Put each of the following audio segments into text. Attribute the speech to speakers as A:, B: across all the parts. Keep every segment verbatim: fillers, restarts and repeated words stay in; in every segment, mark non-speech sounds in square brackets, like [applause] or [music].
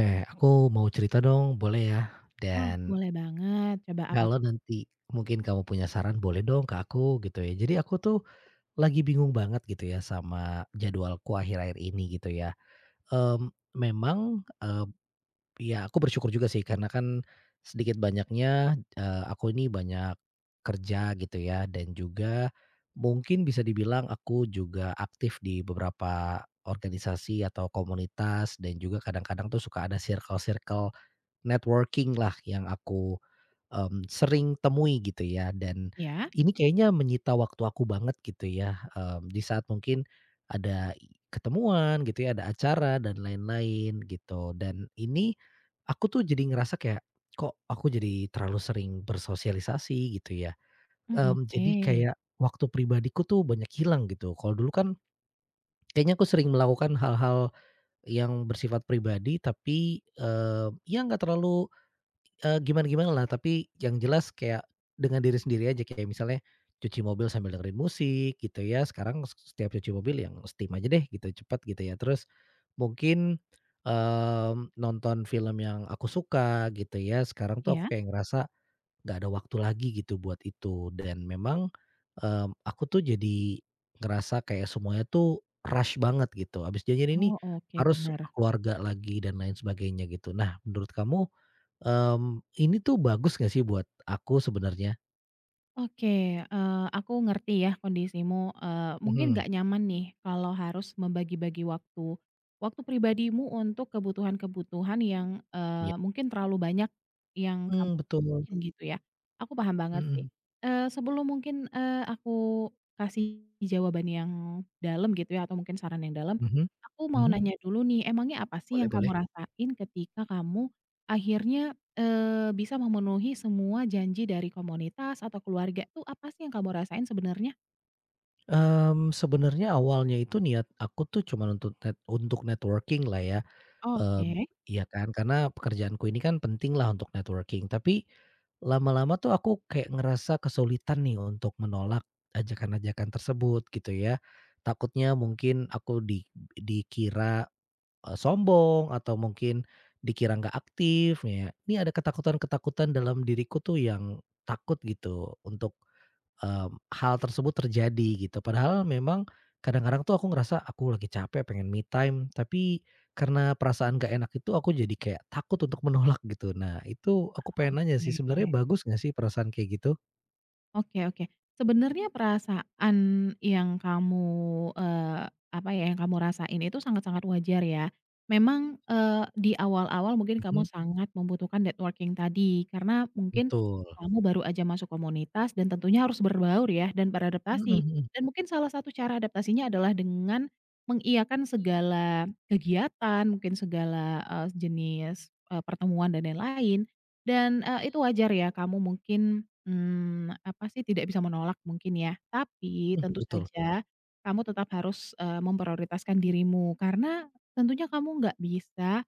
A: Eh, aku mau cerita dong, boleh ya?
B: Oh,
A: Dan
B: boleh banget. Coba apa
A: kalau
B: tuh?
A: nanti mungkin kamu punya saran, boleh dong ke aku gitu ya. Jadi aku tuh lagi bingung banget gitu ya sama jadwalku akhir-akhir ini gitu ya. Mmm, Memang, eee, ya aku bersyukur juga sih karena kan sedikit banyaknya, eee, aku ini banyak kerja gitu ya dan juga mungkin bisa dibilang aku juga aktif di beberapa organisasi atau komunitas dan juga kadang-kadang tuh suka ada circle-circle networking lah yang aku, mmm, sering temui gitu ya dan
B: Ya.
A: ini kayaknya menyita waktu aku banget gitu ya, mmm, di saat mungkin ada i ketemuan gitu ya, ada acara dan lain-lain gitu dan ini aku tuh jadi ngerasa kayak, "Kok aku jadi terlalu sering bersosialisasi?" Gitu ya,
B: Mmm,
A: mmm,
B: oke.
A: jadi kayak waktu pribadiku tuh banyak hilang gitu. Kalau dulu kan kayaknya aku sering melakukan hal-hal yang bersifat pribadi tapi, eee, ya nggak terlalu Eee, gimana lah, tapi yang jelas kayak dengan diri sendiri aja, kayak misalnya cuci mobil sambil dengerin musik gitu ya, sekarang s setiap cuci mobil yang steam aja deh gitu, cepet gitu ya. Terus mungkin, mmm, nonton film yang aku suka gitu ya, sekarang tuh aku
B: Iya?
A: kayak ngerasa nggak ada waktu lagi gitu buat itu. Dan memang, mmm, aku tuh jadi ngerasa kayak semuanya tuh rush banget gitu, habis janjian ini
B: Oh, oke,
A: harus
B: benar.
A: ke keluarga lagi dan lain sebagainya gitu. Nah, menurut kamu Mmm, ini tuh bagus nggak sih buat aku sebenarnya?
B: Oke, eee, aku ngerti ya kondisimu, eee, mungkin
A: Mhm.
B: nggak nyaman nih kalau harus membagi-bagi waktu waktu pribadimu untuk kebutuhan-kebutuhan yang,
A: Ya.
B: eee, mungkin terlalu banyak yang kam
A: Mmm, betul.
B: gitu ya, aku paham banget sih.
A: Mhm.
B: Eee, sebelum mungkin, eee, aku kasih jawaban yang dalam gitu ya atau mungkin saran yang dalam,
A: Mhm.
B: aku mau
A: Mhm.
B: nanya dulu nih, emangnya apa sih yang
A: Boleh
B: kamu
A: boleh.
B: rasain ketika kamu akhirnya, eee, bisa memenuhi semua janji dari komunitas atau keluarga tuh apa sih yang kamu rasain sebenarnya?
A: Mmm, sebenarnya awalnya itu niat aku tuh cuman untuk net untuk networking lah ya, eee,
B: Oke,
A: iya kan, karena pekerjaanku ini kan penting lah untuk networking. Tapi lama-lama tuh aku kayak ngerasa kesulitan nih untuk menolak ajakan-ajakan tersebut gitu ya. Takutnya mungkin aku di dikira Eee, sombong atau mungkin dikira nggak aktif ya, ini ada ketakutan-ketakutan dalam diriku tuh yang takut gitu untuk, mmm, hal tersebut terjadi gitu. Padahal memang kadang-kadang tuh aku ngerasa aku lagi capek pengen me time, tapi karena perasaan nggak enak itu aku jadi kayak takut untuk menolak gitu. Nah itu aku pengen nanya sih sebenarnya
B: iya.
A: bagus nggak sih perasaan kayak gitu?
B: Oke, oke. Sebenarnya perasaan yang kamu, eee, apa ya, yang kamu rasain itu sangat-sangat wajar ya. Memang, eee, di awal-awal mungkin kamu
A: Mhm,
B: sangat membutuhkan networking tadi, karena mungkin
A: betul.
B: kamu baru aja masuk komunitas dan tentunya harus berbaur ya dan
A: Mhm
B: beradaptasi.
A: mhm
B: Dan mungkin salah satu cara adaptasinya adalah dengan mengiakan segala kegiatan, mungkin segala, eee, jenis, eee, pertemuan dan lain-lain. Dan, eee, itu wajar ya kamu mungkin, Mmm, apa sih, tidak bisa menolak mungkin ya, tapi Mmm.
A: mhm,
B: tentu
A: betul.
B: saja kamu tetap harus, eee, memprioritaskan dirimu karena tentunya kamu nggak bisa,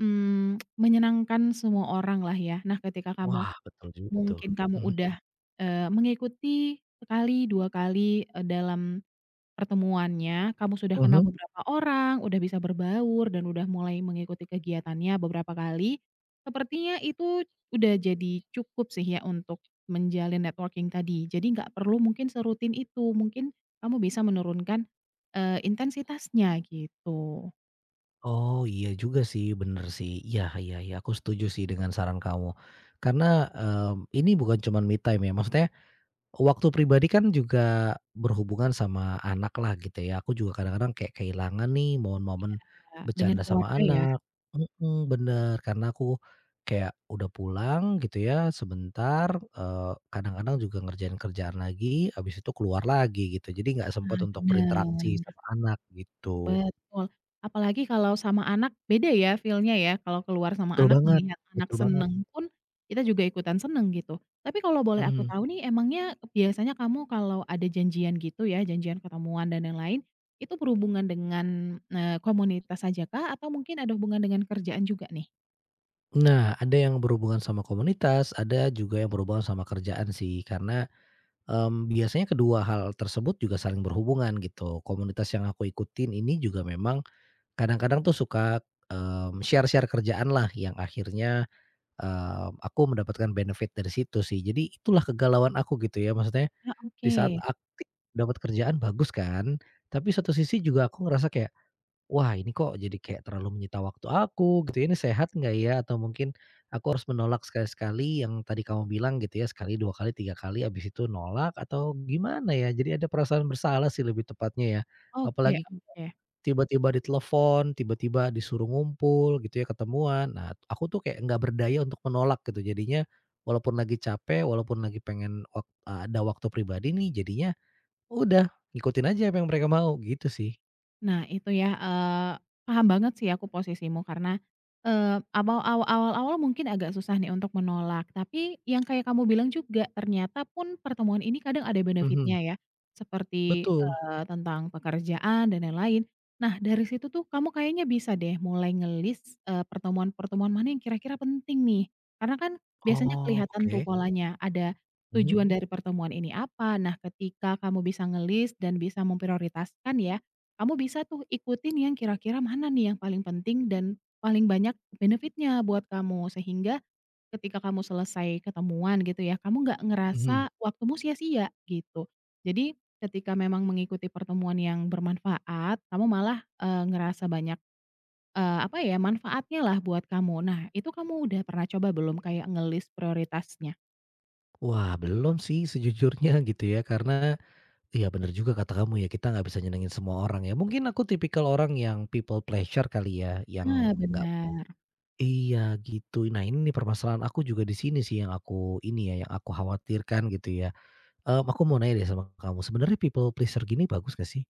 B: mmm, menyenangkan semua orang lah ya. Nah, ketika kamu
A: Wah betul juga tuh.
B: mungkin kamu
A: Mhm,
B: udah, eee, mengikuti sekali, dua kali, eee, dalam pertemuannya, kamu sudah kenal Mhm.
A: mhm.
B: beberapa orang, udah bisa berbaur, dan udah mulai mengikuti kegiatannya beberapa kali, sepertinya itu udah jadi cukup sih ya untuk menjalin networking tadi. Jadi nggak perlu mungkin serutin itu, mungkin kamu bisa menurunkan, eee, intensitasnya gitu.
A: Oh, iya juga sih, bener sih. Iya iya iya, aku setuju sih dengan saran kamu. Karena, mmm, ini bukan cuman me time ya, maksudnya waktu pribadi kan juga berhubungan sama anak lah gitu ya. Aku juga kadang-kadang kayak kehilangan nih momen-momen
B: Iya, dengan
A: bercanda sama
B: keluarga ya.
A: anak. Mhm, bener. Karena aku kayak udah pulang gitu ya sebentar, eee, kadang-kadang juga ngerjain kerjaan lagi, habis itu keluar lagi gitu. Jadi nggak sempat
B: Nah,
A: untuk berinteraksi
B: bener.
A: sama anak gitu.
B: Betul, apalagi kalau sama anak beda ya feel-nya ya, kalau keluar sama
A: Betul
B: anak
A: banget
B: melihat anak
A: betul banget.
B: seneng pun, kita juga ikutan seneng gitu. Tapi kalau boleh aku
A: Mhm.
B: tahu nih emangnya biasanya kamu kalau ada janjian gitu ya, janjian ketemuan dan yang lain itu berhubungan dengan, eee, komunitas saja kah atau mungkin ada hubungan dengan kerjaan juga nih?
A: Nah, ada yang berhubungan sama komunitas, ada juga yang berhubungan sama kerjaan sih. Karena, mmm, biasanya kedua hal tersebut juga saling berhubungan gitu. Komunitas yang aku ikutin ini juga memang kadang-kadang tuh suka, mmm, share-share kerjaan lah, yang akhirnya, eee, aku mendapatkan benefit dari situ sih. Jadi itulah kegalauan aku gitu ya, maksudnya
B: Ah,
A: di
B: oke.
A: saat aktif dapat kerjaan bagus kan, tapi satu sisi juga aku ngerasa kayak, "Wah, ini kok jadi kayak terlalu menyita waktu aku gitu ya, ini sehat nggak ya? Atau mungkin aku harus menolak sekali-sekali yang tadi kamu bilang gitu ya, sekali, dua kali, tiga kali, abis itu nolak atau gimana ya?" Jadi ada perasaan bersalah sih lebih tepatnya ya.
B: Oke,
A: Apalagi
B: oke.
A: tiba-tiba ditelepon, tiba-tiba disuruh ngumpul gitu ya, ketemuan. Nah, aku tuh kayak nggak berdaya untuk menolak gitu. Jadinya walaupun lagi capek, walaupun lagi pengen wak eh, ada waktu pribadi nih, jadinya udah ngikutin aja apa yang mereka mau, gitu sih.
B: Nah itu ya, eee, paham banget sih aku posisimu karena, eee, abaw aw awal-awal mungkin agak susah nih untuk menolak, tapi yang kayak kamu bilang juga ternyata pun pertemuan ini kadang ada benefitnya
A: Mhm,
B: ya, seperti,
A: betul.
B: eee, tentang pekerjaan dan lain-lain. Nah dari situ tuh kamu kayaknya bisa deh mulai ngelis list pertemuan-pertemuan mana yang kira-kira penting nih, karena kan biasanya
A: Oh,
B: kelihatan tuh
A: oke.
B: polanya, ada
A: Mhm
B: tujuan dari pertemuan ini apa. Nah ketika kamu bisa ngelis dan bisa memprioritaskan ya, kamu bisa tuh ikutin yang kira-kira mana nih yang paling penting dan paling banyak benefitnya buat kamu, sehingga ketika kamu selesai ketemuan gitu ya, kamu nggak Mhm. ngerasa
A: mhm.
B: waktumu sia-sia gitu. Jadi ketika memang mengikuti pertemuan yang bermanfaat, kamu malah, eee, ngerasa banyak, eee, apa ya, manfaatnya lah buat kamu. Nah, itu kamu udah pernah coba belum kayak ngelis prioritasnya?
A: Wah, belum sih sejujurnya [laughs] gitu ya, karena iya bener juga kata kamu ya, kita nggak bisa nyenengin semua orang ya. Mungkin aku tipikal orang yang people pleasure kali ya, yang
B: Ah,
A: nggak
B: benar.
A: iya gitu. Nah, ini nih permasalahan aku juga di sini sih, yang aku ini ya, yang aku khawatirkan gitu ya. Mmm, aku mau nanya deh sama kamu, sebenarnya people pleasure gini bagus nggak sih?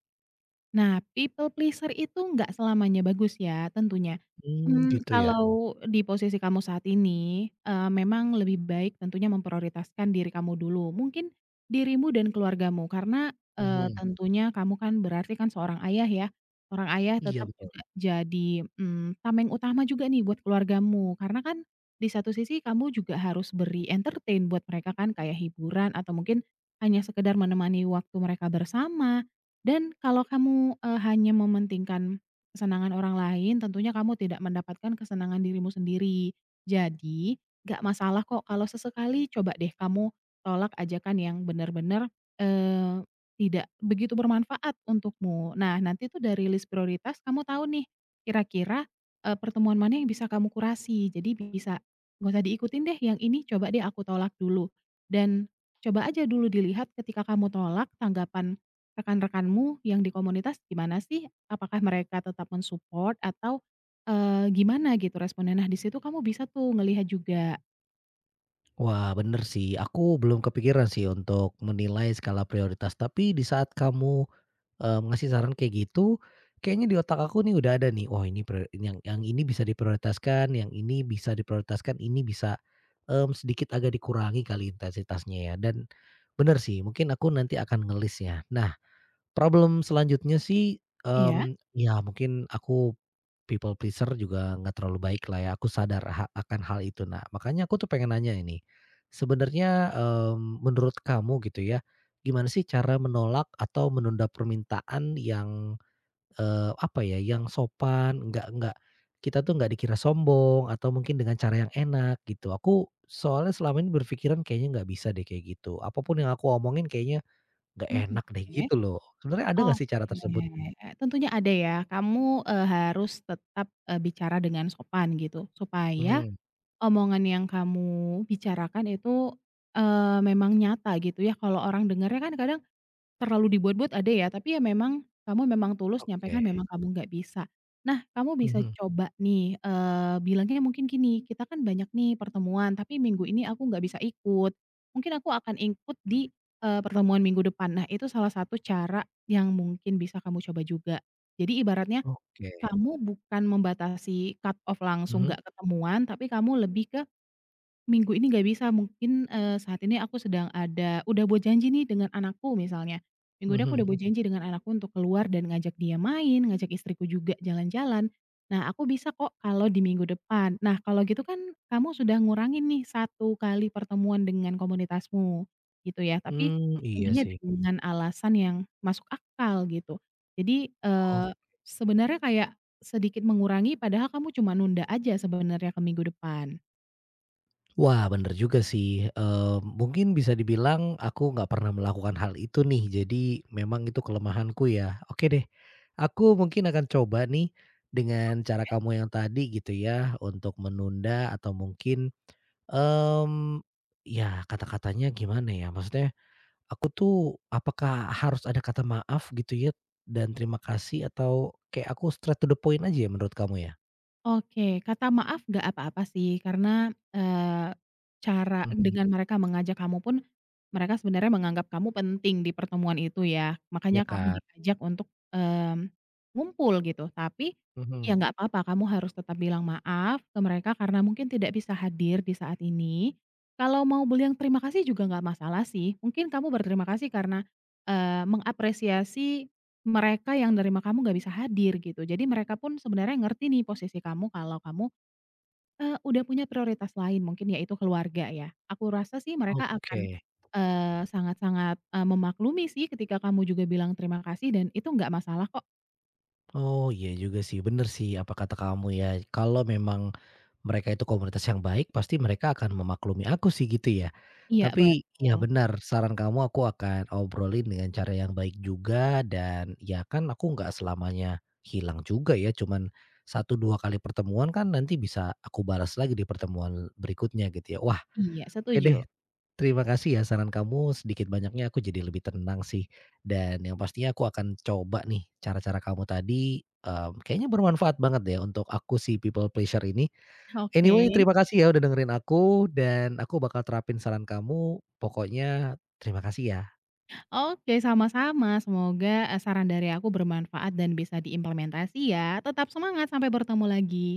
B: Nah, people pleaser itu nggak selamanya bagus ya tentunya.
A: Hmm
B: Mmm,
A: gitu ya?
B: kalau di posisi kamu saat ini, eee, memang lebih baik tentunya memprioritaskan diri kamu dulu. Mungkin dirimu dan keluargamu karena, eee,
A: Mhm.
B: tentunya kamu kan berarti kan seorang ayah ya, seorang ayah tetap
A: Iya bet
B: juga jadi, mmm, tameng utama juga nih buat keluargamu. Karena kan di satu sisi kamu juga harus beri entertain buat mereka kan, kayak hiburan atau mungkin hanya sekedar menemani waktu mereka bersama. Dan kalau kamu, eee, hanya mementingkan kesenangan orang lain, tentunya kamu tidak mendapatkan kesenangan dirimu sendiri. Jadi, nggak masalah kok kalau sesekali coba deh kamu tolak ajakan yang benar-benar, eee, tidak begitu bermanfaat untukmu. Nah, nanti tuh dari list prioritas kamu tahu nih, kira-kira, eee, pertemuan mana yang bisa kamu kurasi. Jadi bisa, gak usah diikutin deh, yang ini coba deh aku tolak dulu. Dan coba aja dulu dilihat ketika kamu tolak, tanggapan rekan-rekanmu yang di komunitas gimana sih? Apakah mereka tetap mensupport atau, eee, gimana gitu responnya? Nah, di situ kamu bisa tuh ngelihat juga.
A: Wah, bener sih. Aku belum kepikiran sih untuk menilai skala prioritas, tapi di saat kamu, eee, ngasih saran kayak gitu, kayaknya di otak aku nih udah ada nih, "Wah ini prior yang yang ini bisa diprioritaskan, yang ini bisa diprioritaskan, ini bisa, mmm, sedikit agak dikurangi kali intensitasnya ya." Dan bener sih, mungkin aku nanti akan ngelis ya. Nah, problem selanjutnya sih,
B: Ya.
A: mmm, ya mungkin aku people pleaser juga nggak terlalu baik lah ya, aku sadar ha akan hal itu. Nah, makanya aku tuh pengen nanya ini, sebenarnya, mmm, menurut kamu gitu ya, gimana sih cara menolak atau menunda permintaan yang, eee, apa ya, yang sopan, nggak nggak kita tuh nggak dikira sombong atau mungkin dengan cara yang enak gitu. Aku soalnya selama ini berpikiran kayaknya nggak bisa deh kayak gitu, apapun yang aku omongin kayaknya nggak
B: Mhm,
A: enak deh
B: oke.
A: gitu loh. Sebenarnya ada nggak sih cara
B: Oke,
A: tersebut?
B: tentunya ada ya. Kamu, eee, harus tetap, eee, bicara dengan sopan gitu, supaya
A: Mhm,
B: omongan yang kamu bicarakan itu, eee, memang nyata gitu ya. Kalau orang dengarnya kan kadang terlalu dibuat-buat ada ya, tapi ya memang kamu memang tulus
A: oke,
B: nyampaikan memang kamu nggak bisa. Nah, kamu bisa
A: mhm,
B: coba nih, eee, bilangnya mungkin gini, "Kita kan banyak nih pertemuan, tapi minggu ini aku nggak bisa ikut. Mungkin aku akan ikut di, eee, pertemuan minggu depan." Nah, itu salah satu cara yang mungkin bisa kamu coba juga. Jadi ibaratnya
A: oke,
B: kamu bukan membatasi cut off langsung
A: mhm.
B: nggak ketemuan, tapi kamu lebih ke minggu ini nggak bisa mungkin, eee, saat ini aku sedang ada udah buat janji nih dengan anakku misalnya, minggu ini aku
A: Mhm.
B: udah buat janji dengan anakku untuk keluar dan ngajak dia main, ngajak istriku juga jalan-jalan. Nah aku bisa kok kalau di minggu depan. Nah kalau gitu kan kamu sudah ngurangin nih satu kali pertemuan dengan komunitasmu gitu ya, tapi
A: Hmm, iya
B: tentunya
A: sih.
B: dengan alasan yang masuk akal gitu. Jadi, eee,
A: Oh,
B: sebenarnya kayak sedikit mengurangi padahal kamu cuma nunda aja sebenarnya ke minggu depan.
A: wah bener juga sih, eee, mungkin bisa dibilang aku nggak pernah melakukan hal itu nih, jadi memang itu kelemahanku ya. Oke deh, aku mungkin akan coba nih dengan cara kamu yang tadi gitu ya, untuk menunda atau mungkin, mmm, ya, kata-katanya gimana ya, maksudnya aku tuh apakah harus ada kata maaf gitu ya dan terima kasih, atau kayak aku straight to the point aja ya menurut kamu ya?
B: Oke, kata maaf nggak apa-apa sih karena, eee, cara
A: Mhm,
B: dengan mereka mengajak kamu pun, mereka sebenarnya menganggap kamu penting di pertemuan itu ya,
A: ya
B: makanya kamu
A: kan?
B: diajak untuk, mmm, ngumpul gitu. Tapi, ya
A: Mhm.
B: nggak apa-apa kamu harus tetap bilang maaf ke mereka karena mungkin tidak bisa hadir di saat ini. Kalau mau bilang terima kasih juga nggak masalah sih, mungkin kamu berterima kasih karena, eee, mengapresiasi mereka yang nerima kamu nggak bisa hadir gitu. Jadi mereka pun sebenarnya ngerti nih posisi kamu kalau kamu, eee, udah punya prioritas lain mungkin yaitu keluarga ya. Aku rasa sih mereka akan,
A: Oke.
B: eee, sangat-sangat, eee, memaklumi sih ketika kamu juga bilang terima kasih dan itu nggak masalah kok.
A: Oh, iya juga sih, bener sih apa kata kamu ya, kalau memang mereka itu komunitas yang baik pasti mereka akan memaklumi aku sih gitu ya.
B: Iya
A: Tapi ya,
B: betul,
A: benar saran kamu, aku akan obrolin dengan cara yang baik juga, dan ya kan aku nggak selamanya hilang juga ya, cuman satu dua kali pertemuan kan nanti bisa aku balas lagi di pertemuan berikutnya gitu ya. Wah,
B: iya
A: oke deh.
B: setuju.
A: Terima kasih ya saran kamu, sedikit banyaknya aku jadi lebih tenang sih, dan yang pastinya aku akan coba nih cara-cara kamu tadi, mmm, kayaknya bermanfaat banget deh untuk aku si people pleasure ini.
B: Oke,
A: Anyway terima kasih ya udah dengerin aku dan aku bakal terapin saran kamu, pokoknya terima kasih ya.
B: oke, sama-sama. Semoga, eee, saran dari aku bermanfaat dan bisa diimplementasi ya. Tetap semangat sampai bertemu lagi.